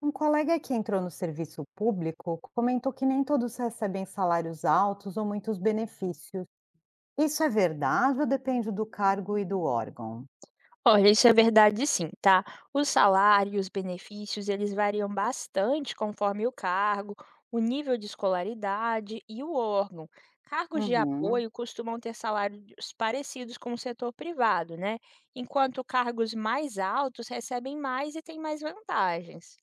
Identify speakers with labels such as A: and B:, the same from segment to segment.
A: Um colega que entrou no serviço público comentou que nem todos recebem salários altos ou muitos benefícios. Isso é verdade ou depende do cargo e do órgão?
B: Olha, isso é verdade sim, tá? O salário e os benefícios, eles variam bastante conforme o cargo, o nível de escolaridade e o órgão. Cargos de
A: Uhum.
B: apoio costumam ter salários parecidos com o setor privado, né? Enquanto cargos mais altos recebem mais e têm mais vantagens.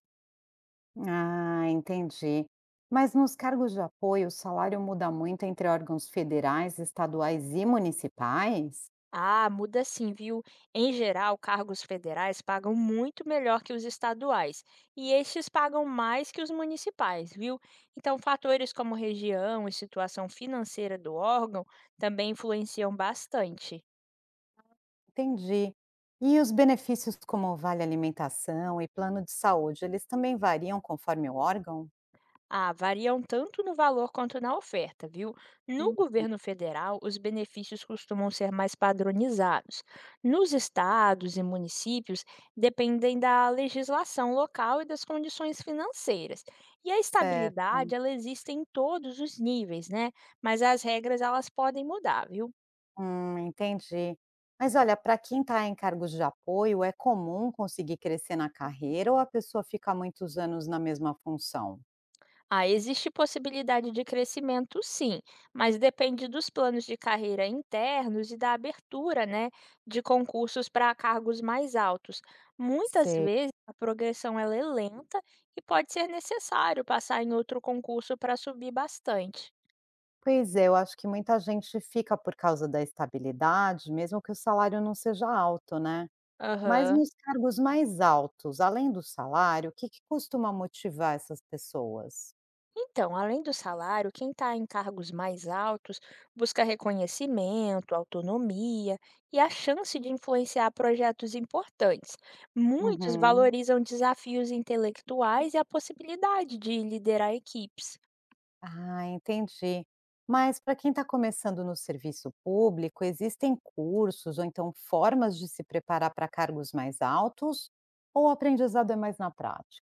A: Ah, entendi. Mas nos cargos de apoio, o salário muda muito entre órgãos federais, estaduais e municipais?
B: Ah, muda sim, viu? Em geral, cargos federais pagam muito melhor que os estaduais, e estes pagam mais que os municipais, viu? Então, fatores como região e situação financeira do órgão também influenciam bastante.
A: Entendi. E os benefícios como o vale alimentação e plano de saúde, eles também variam conforme o órgão?
B: Ah, variam tanto no valor quanto na oferta, viu? No
A: Hum.
B: governo federal, os benefícios costumam ser mais padronizados. Nos estados e municípios, dependem da legislação local e das condições financeiras. E a
A: Certo.
B: estabilidade, ela existe em todos os níveis, né? Mas as regras, elas podem mudar, viu?
A: Entendi. Mas olha, para quem está em cargos de apoio, é comum conseguir crescer na carreira ou a pessoa fica muitos anos na mesma função?
B: Ah, existe possibilidade de crescimento, sim, mas depende dos planos de carreira internos e da abertura, né, de concursos para cargos mais altos. Muitas
A: Sei.
B: vezes a progressão ela é lenta e pode ser necessário passar em outro concurso para subir bastante.
A: Pois é, eu acho que muita gente fica por causa da estabilidade, mesmo que o salário não seja alto, né? Mas
B: Aham.
A: nos cargos mais altos, além do salário, o que que costuma motivar essas pessoas?
B: Então, além do salário, quem está em cargos mais altos busca reconhecimento, autonomia e a chance de influenciar projetos importantes. Muitos
A: Uhum.
B: valorizam desafios intelectuais e a possibilidade de liderar equipes.
A: Ah, entendi. Mas para quem está começando no serviço público, existem cursos ou então formas de se preparar para cargos mais altos? Ou o aprendizado é mais na prática?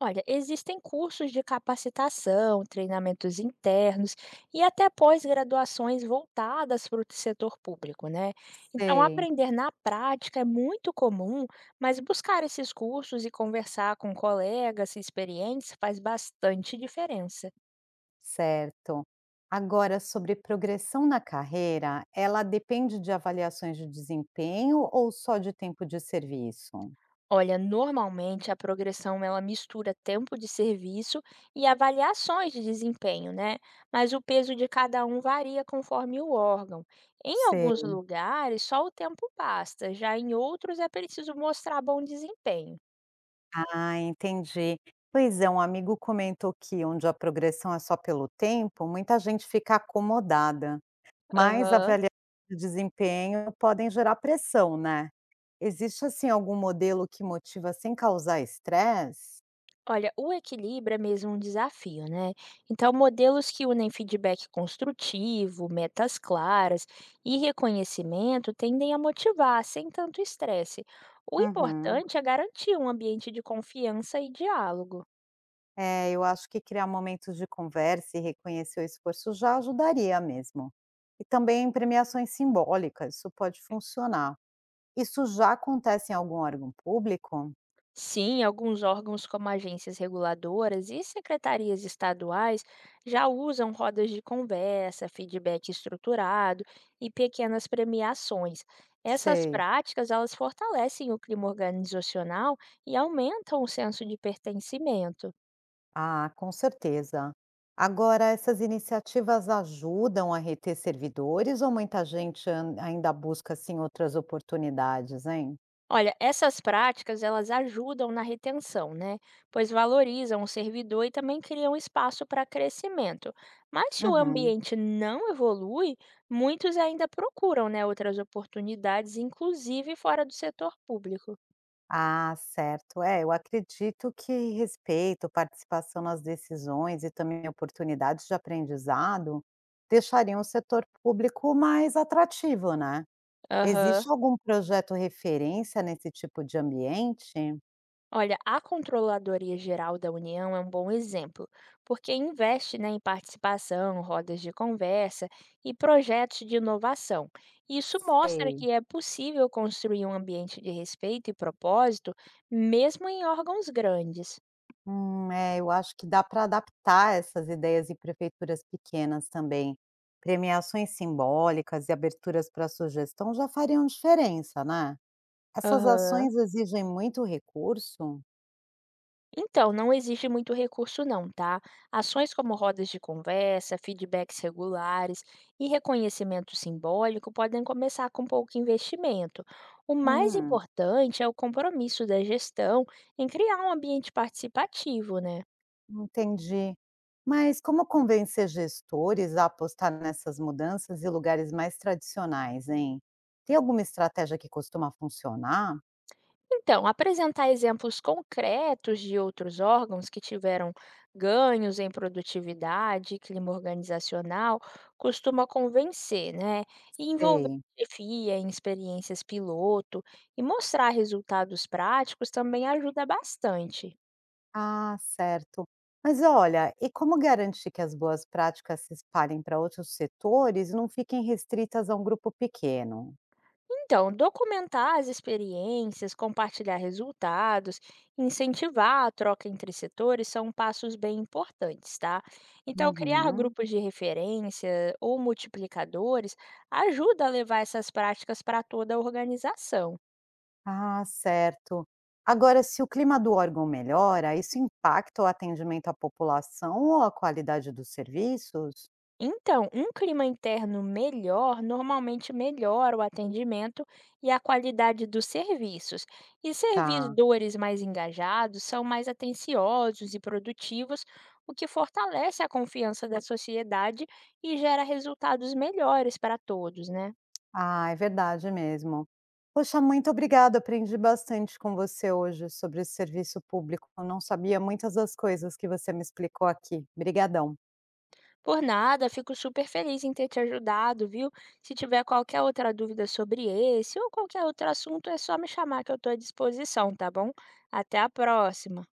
B: Olha, existem cursos de capacitação, treinamentos internos e até pós-graduações voltadas para o setor público, né? Então,
A: Sei,
B: aprender na prática é muito comum, mas buscar esses cursos e conversar com colegas experientes faz bastante diferença.
A: certo. Agora, sobre progressão na carreira, ela depende de avaliações de desempenho ou só de tempo de serviço?
B: Olha, normalmente a progressão ela mistura tempo de serviço e avaliações de desempenho, né? Mas o peso de cada um varia conforme o órgão. Em alguns
A: Sei.
B: lugares, só o tempo basta, já em outros é preciso mostrar bom desempenho.
A: Ah, entendi. Pois é, um amigo comentou que onde a progressão é só pelo tempo, muita gente fica acomodada. Mas
B: Aham.
A: avaliações de desempenho podem gerar pressão, né. Existe, assim, algum modelo que motiva sem causar estresse?
B: Olha, o equilíbrio é mesmo um desafio, né? Então, modelos que unem feedback construtivo, metas claras e reconhecimento tendem a motivar sem tanto estresse. O
A: Uhum.
B: importante é garantir um ambiente de confiança e diálogo.
A: É, eu acho que criar momentos de conversa e reconhecer o esforço já ajudaria mesmo. E também premiações simbólicas, isso pode funcionar. Isso já acontece em algum órgão público?
B: Sim, alguns órgãos, como agências reguladoras e secretarias estaduais, já usam rodas de conversa, feedback estruturado e pequenas premiações. Essas
A: Sei.
B: práticas, elas fortalecem o clima organizacional e aumentam o senso de pertencimento.
A: Ah, com certeza. Agora, essas iniciativas ajudam a reter servidores ou muita gente ainda busca, assim, outras oportunidades, hein?
B: Olha, essas práticas elas ajudam na retenção, né? Pois valorizam o servidor e também criam espaço para crescimento. Mas se o
A: Uhum.
B: ambiente não evolui, muitos ainda procuram, né, outras oportunidades, inclusive fora do setor público.
A: Ah, certo. É, eu acredito que respeito, participação nas decisões e também oportunidades de aprendizado deixariam o setor público mais atrativo, né?
B: Aham.
A: Existe algum projeto referência nesse tipo de ambiente?
B: Olha, a Controladoria Geral da União é um bom exemplo, porque investe, né, em participação, rodas de conversa e projetos de inovação. Isso mostra
A: Sei.
B: que é possível construir um ambiente de respeito e propósito, mesmo em órgãos grandes.
A: É, eu acho que dá para adaptar essas ideias em prefeituras pequenas também. Premiações simbólicas e aberturas para sugestão já fariam diferença, né? Essas
B: Aham.
A: ações exigem muito recurso?
B: Então, não exige muito recurso não, tá? Ações como rodas de conversa, feedbacks regulares e reconhecimento simbólico podem começar com pouco investimento. O mais
A: Hum,
B: importante é o compromisso da gestão em criar um ambiente participativo, né?
A: entendi. Mas como convencer gestores a apostar nessas mudanças em lugares mais tradicionais, hein? Tem alguma estratégia que costuma funcionar?
B: Então, apresentar exemplos concretos de outros órgãos que tiveram ganhos em produtividade, clima organizacional, costuma convencer, né? E envolver
A: Sei.
B: a chefia em experiências piloto e mostrar resultados práticos também ajuda bastante.
A: Ah, certo. Mas olha, e como garantir que as boas práticas se espalhem para outros setores e não fiquem restritas a um grupo pequeno?
B: Então, documentar as experiências, compartilhar resultados, incentivar a troca entre setores são passos bem importantes, tá? Então, criar
A: Uhum.
B: grupos de referência ou multiplicadores ajuda a levar essas práticas para toda a organização.
A: Ah, certo. Agora, se o clima do órgão melhora, isso impacta o atendimento à população ou a qualidade dos serviços?
B: Então, um clima interno melhor normalmente melhora o atendimento e a qualidade dos serviços. E
A: Tá.
B: servidores mais engajados são mais atenciosos e produtivos, o que fortalece a confiança da sociedade e gera resultados melhores para todos, né?
A: Ah, é verdade mesmo. Poxa, muito obrigada. Aprendi bastante com você hoje sobre esse serviço público. Eu não sabia muitas das coisas que você me explicou aqui. Obrigadão.
B: Por nada, fico super feliz em ter te ajudado, viu? Se tiver qualquer outra dúvida sobre esse ou qualquer outro assunto, é só me chamar que eu estou à disposição, tá bom? Até a próxima!